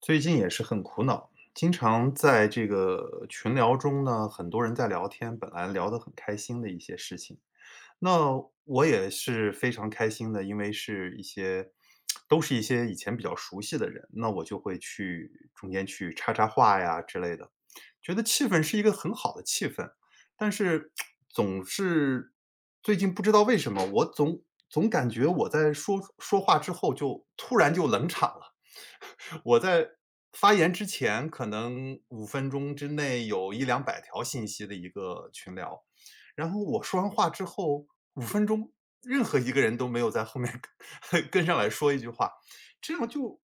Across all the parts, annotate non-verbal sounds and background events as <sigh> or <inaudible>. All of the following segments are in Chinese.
最近也是很苦恼，经常在这个群聊中呢，很多人在聊天，本来聊得很开心的一些事情，那我也是非常开心的，因为是一些都是一些以前比较熟悉的人，那我就会去中间去插插话呀之类的，觉得气氛是一个很好的气氛，但是最近不知道为什么，我总感觉我在说话之后就突然就冷场了。我在发言之前，可能五分钟之内有一两百条信息的一个群聊，然后我说完话之后五分钟，任何一个人都没有在后面 <laughs> 跟上来说一句话，这样就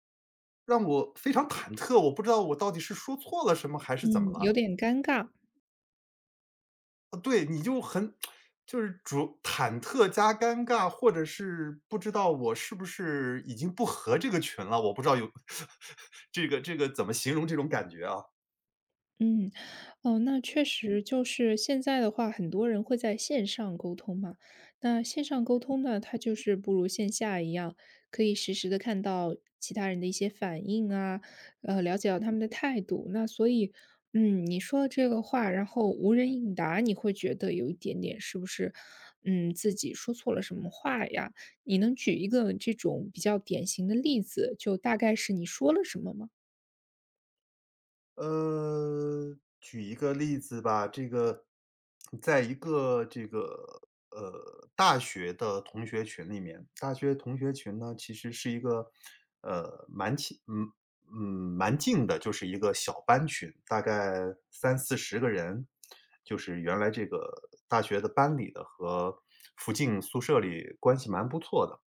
让我非常忐忑，我不知道我到底是说错了什么还是怎么嗯，了。有点尴尬。对，你就很就是主忐忑加尴尬，或者是不知道我是不是已经不合这个群了，我不知道有 <laughs> 这个怎么形容这种感觉啊。嗯，哦，那确实就是现在的话，很多人会在线上沟通嘛。那线上沟通呢，它就是不如线下一样，可以实时的看到其他人的一些反应啊，了解到他们的态度。那所以，嗯，你说的这个话，然后无人应答，你会觉得有一点点是不是，嗯，自己说错了什么话呀？你能举一个这种比较典型的例子，就大概是你说了什么吗？举一个例子吧，在一个大学的同学群里面，大学同学群呢，其实是一个，呃，蛮亲嗯，嗯，蛮近的，就是一个小班群，大概三四十个人，就是原来这个大学的班里的和附近宿舍里关系蛮不错的，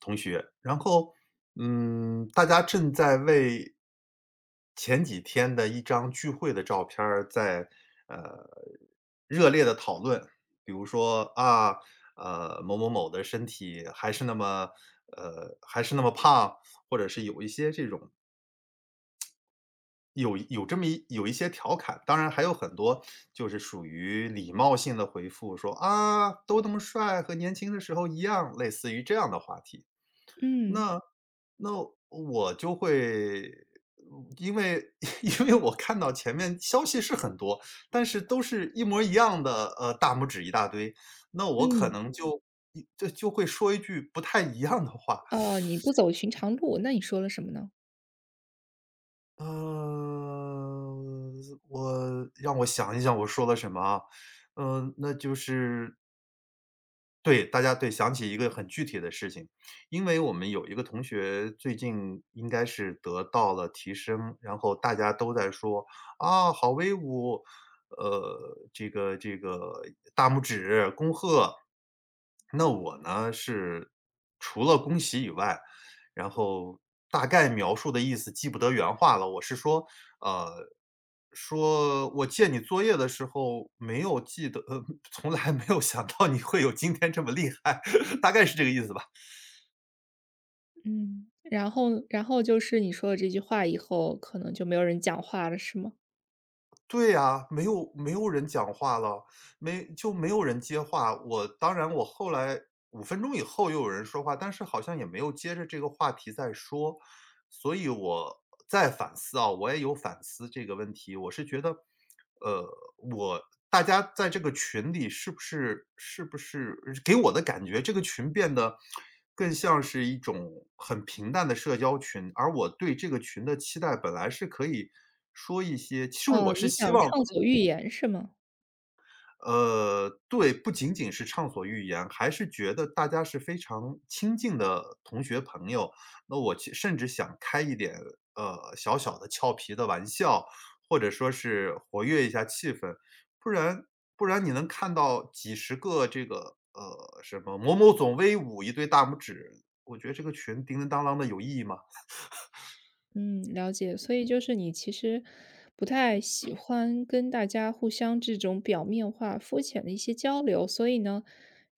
同学，然后，大家正在为前几天的一张聚会的照片儿在，呃，热烈的讨论。比如说，啊，某某某的身体还是那么胖，或者是有一些这种有有这么一有一些调侃。当然还有很多就是属于礼貌性的回复，说："啊，都那么帅，和年轻的时候一样。"类似于这样的话题。嗯。那那我就会嗯因为 <laughs> 因为我看到前面消息是很多，但是都是一模一样的，大拇指一大堆，那我可嗯，能就会说一句不太一样的话。哦，你不走寻常路，那你说了什么呢？呃，让我想一想我说了什么啊。那就是对，大家对，想起一个很具体的事情，因为我们有一个同学最近应该是得到了提升，然后大家都在说："啊，好威武！"这个大拇指恭贺。那我呢，是除了恭喜以外，然后大概描述的意思记不得原话了，我是说，呃，说我借你作业的时候没有记得<laughs> 从来没有想到你会有今天这么厉害，<laughs> 大概是这个意思吧。嗯，然后就是你说了这句话以后，可能就没有人讲话了，是吗？对呀，没有人讲话了，没就没有人接话。我当然后来五分钟以后又有人说话，但是好像也没有接着这个话题再说。所以我在反思啊，我也有反思这个问题，我是觉得呃，我大家在这个群里是不是给我的感觉，这个群变得更像是一种很平淡的社交群，而我对这个群的期待本来是可以说一些其实哦，我是你希想望畅所欲言是吗？对，不仅仅是畅所欲言，还是觉得大家是非常亲近的同学朋友。那我甚至想开一点，小小的俏皮的玩笑，或者说是活跃一下气氛。不然不然你能看到几十个这个，什么某某总威武，一堆大拇指，我觉得这个群叮叮当当的有意义吗？嗯，了解。所以就是你其实不太喜欢跟大家互相这种表面化、肤浅的一些交流，所以呢，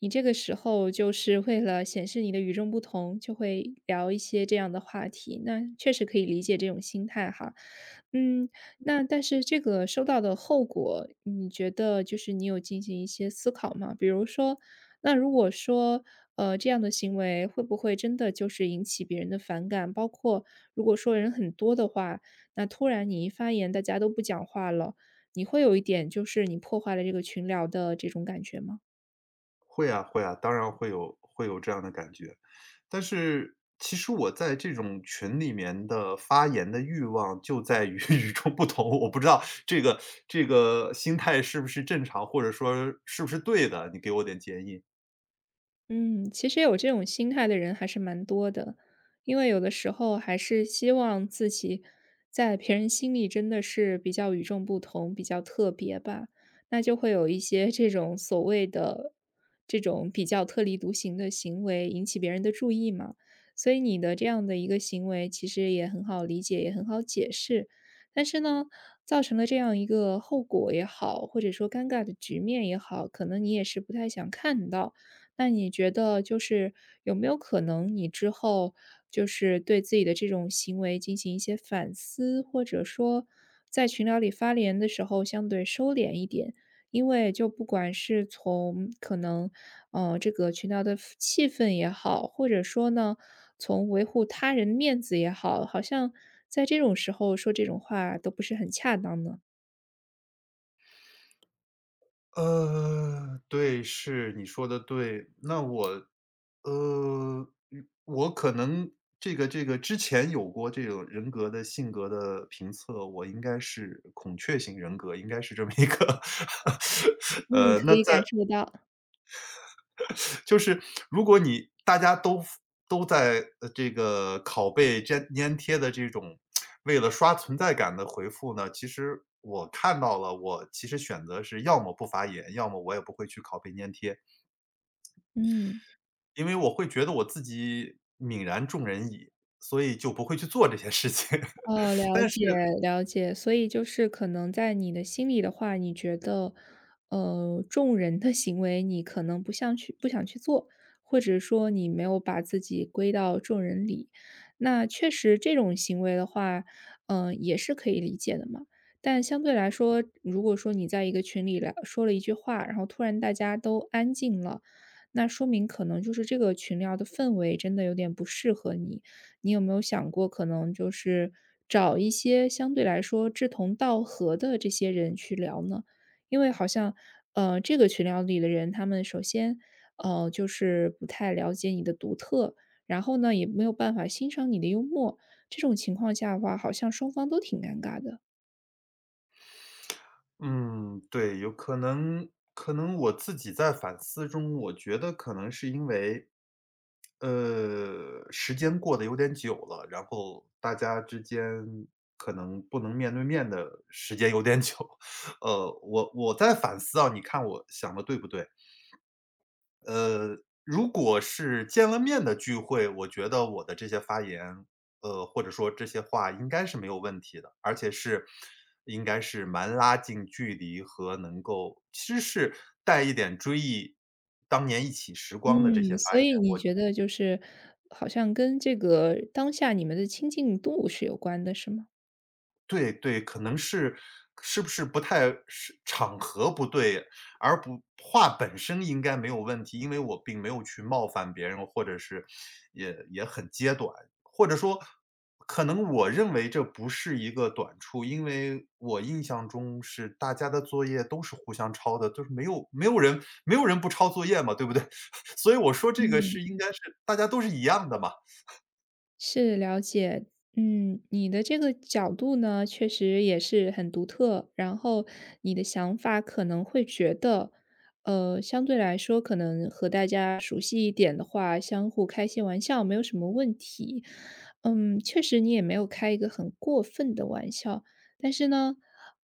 你这个时候就是为了显示你的与众不同，就会聊一些这样的话题。那确实可以理解这种心态哈。嗯，那但是这个收到的后果，你觉得就是你有进行一些思考吗？比如说，那如果说，这样的行为会不会真的就是引起别人的反感？包括如果说人很多的话，那突然你一发言，大家都不讲话了，你会有一点就是你破坏了这个群聊的这种感觉吗？会啊会啊，当然会有这样的感觉。但是其实我在这种群里面的发言的欲望就在于 <laughs> 与众不同，我不知道这个心态是不是正常，或者说是不是对的，你给我点建议。嗯，其实有这种心态的人还是蛮多的，因为有的时候还是希望自己在别人心里真的是比较与众不同、比较特别吧，那就会有一些这种所谓的这种比较特立独行的行为引起别人的注意嘛。所以你的这样的一个行为其实也很好理解，也很好解释，但是呢，造成了这样一个后果也好，或者说尴尬的局面也好，可能你也是不太想看到。那你觉得就是有没有可能你之后就是对自己的这种行为进行一些反思，或者说在群聊里发言的时候相对收敛一点？因为就不管是从可能，这个群聊的氛气氛也好，或者说呢，从维护他人面子也好，好像在这种时候说这种话都不是很恰当呢。对，是，你说的对。那我呃，嗯我可能这个之前有过这种人格的性格的评测，我应该是孔雀型人格，应该是这么一个 <laughs> 嗯，可那以感在受到，就是如果大家都在，这个拷贝粘贴的这种为了刷存在感的回复呢，其实我看到了，我其实选择是要么不发言，要么我也不会去拷贝粘贴。嗯。因为我会觉得我自己泯然众人矣，所以就不会去做这些事情。哦，<laughs> 了但是解了解。所以就是可能在你的心里的话，你觉得，众人的行为你可能不想去做，或者说你没有把自己归到众人里。那确实这种行为的话，嗯，也是可以理解的嘛。但相对来说，如果说你在一个群里来说了一句话，然后突然大家都安静了，那说明可能就是这个群聊的氛围真的有点不适合你。你有没有想过，可能就是找一些相对来说志同道合的这些人去聊呢？因为好像，这个群聊里的人，他们首先，就是不太了解你的独特，然后呢，也没有办法欣赏你的幽默。这种情况下的话，好像双方都挺尴尬的。嗯，对，有可能我自己在反思中，我觉得可能是因为，时间过得有点久了，然后大家之间可能不能面对面的时间有点久。<laughs> 我在反思啊，你看我想的对不对？呃，如果是见了面的聚会，我觉得我的这些发言，或者说这些话应该是没有问题的，而且是应该是蛮拉近距离和能够其实是带一点追忆当年一起时光的这嗯，些发所言。以你觉得就是好像跟这个当下你们的亲近度是有关的，是吗？对对，可能是不是不太是场合不对，而不话本身应该没有问题，因为我并没有去冒犯别人，或者是也很揭短，或者说可能我认为这不是一个短处，因为我印象中是大家的作业都是互相抄的，就是没有人不抄作业嘛，对不对？<laughs> 所以我说这个嗯。是应该是大家都是一样的嘛。是，了解。嗯，你的这个角度呢，确实也是很独特。然后你的想法可能会觉得，相对来说，可能和大家熟悉一点的话，相互开些玩笑没有什么问题。嗯，确实你也没有开一个很过分的玩笑，但是呢，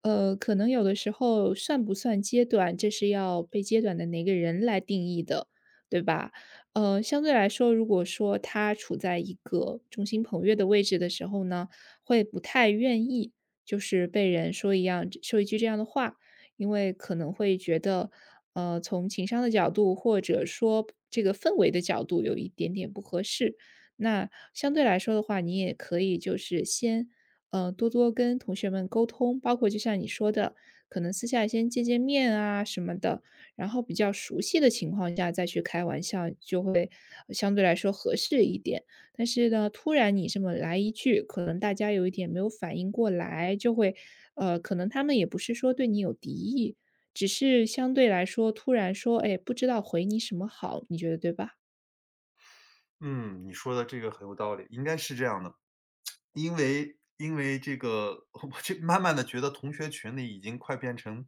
可能有的时候算不算揭短，这是要被揭短的哪个人来定义的，对吧？相对来说，如果说他处在一个众星捧月的位置的时候呢，会不太愿意，就是被人说一句这样的话，因为可能会觉得，从情商的角度，或者说这个氛围的角度，有一点点不合适。那相对来说的话，你也可以就是先，多多跟同学们沟通，包括就像你说的，可能私下先见见面啊什么的，然后比较熟悉的情况下再去开玩笑，就会相对来说合适一点。但是呢，突然你这么来一句，可能大家有一点没有反应过来，就会，可能他们也不是说对你有敌意，只是相对来说突然说，哎，不知道回你什么好，你觉得对吧？嗯，你说的这个很有道理，应该是这样的。因为这个，<laughs> 我这慢慢的觉得同学群里已经快变成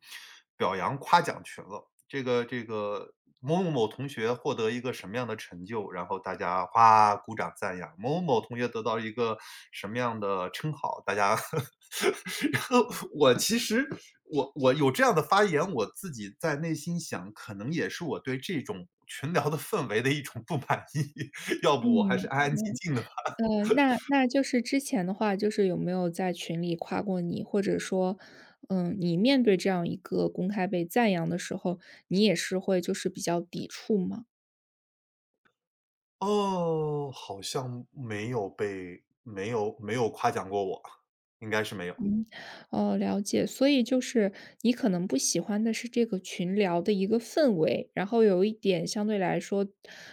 表扬夸奖群了。这个某某某同学获得一个什么样的成就，然后大家哗鼓掌赞扬；某某某同学得到一个什么样的称号，大家 <laughs> 然后其实我有这样的发言，我自己在内心想，可能也是我对这种群聊的氛围的一种不满意，<laughs> 要不我还是嗯，安安静静的。那就是之前的话，就是有没有在群里夸过你，或者说，嗯，你面对这样一个公开被赞扬的时候，你也是会就是比较抵触吗？哦，好像没有被没有没有夸奖过我，应该是没有。嗯，哦，了解。所以就是你可能不喜欢的是这个群聊的一个氛围，然后有一点相对来说，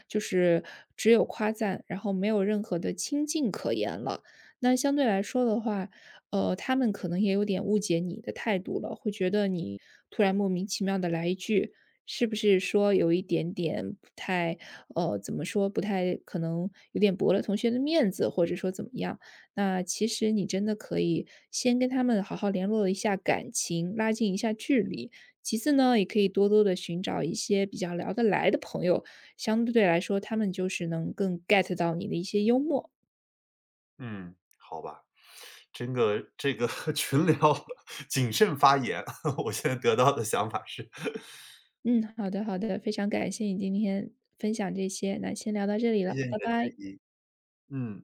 就是只有夸赞，然后没有任何的亲近可言了。那相对来说的话，他们可能也有点误解你的态度了，会觉得你突然莫名其妙的来一句，是不是说有一点点不太，怎么说，不太可能有点驳了同学的面子，或者说怎么样？那其实你真的可以先跟他们好好联络一下感情，拉近一下距离。其次呢，也可以多多的寻找一些比较聊得来的朋友，相对来说，他们就是能更 get 到你的一些幽默。嗯，好吧，真个<laughs> 群聊 <laughs> 谨慎发言，<laughs> 我现在得到的想法是，嗯，好的，好的，非常感谢你今天分享这些，那先聊到这 <laughs> 里谢了，谢你拜的建拜。议。嗯。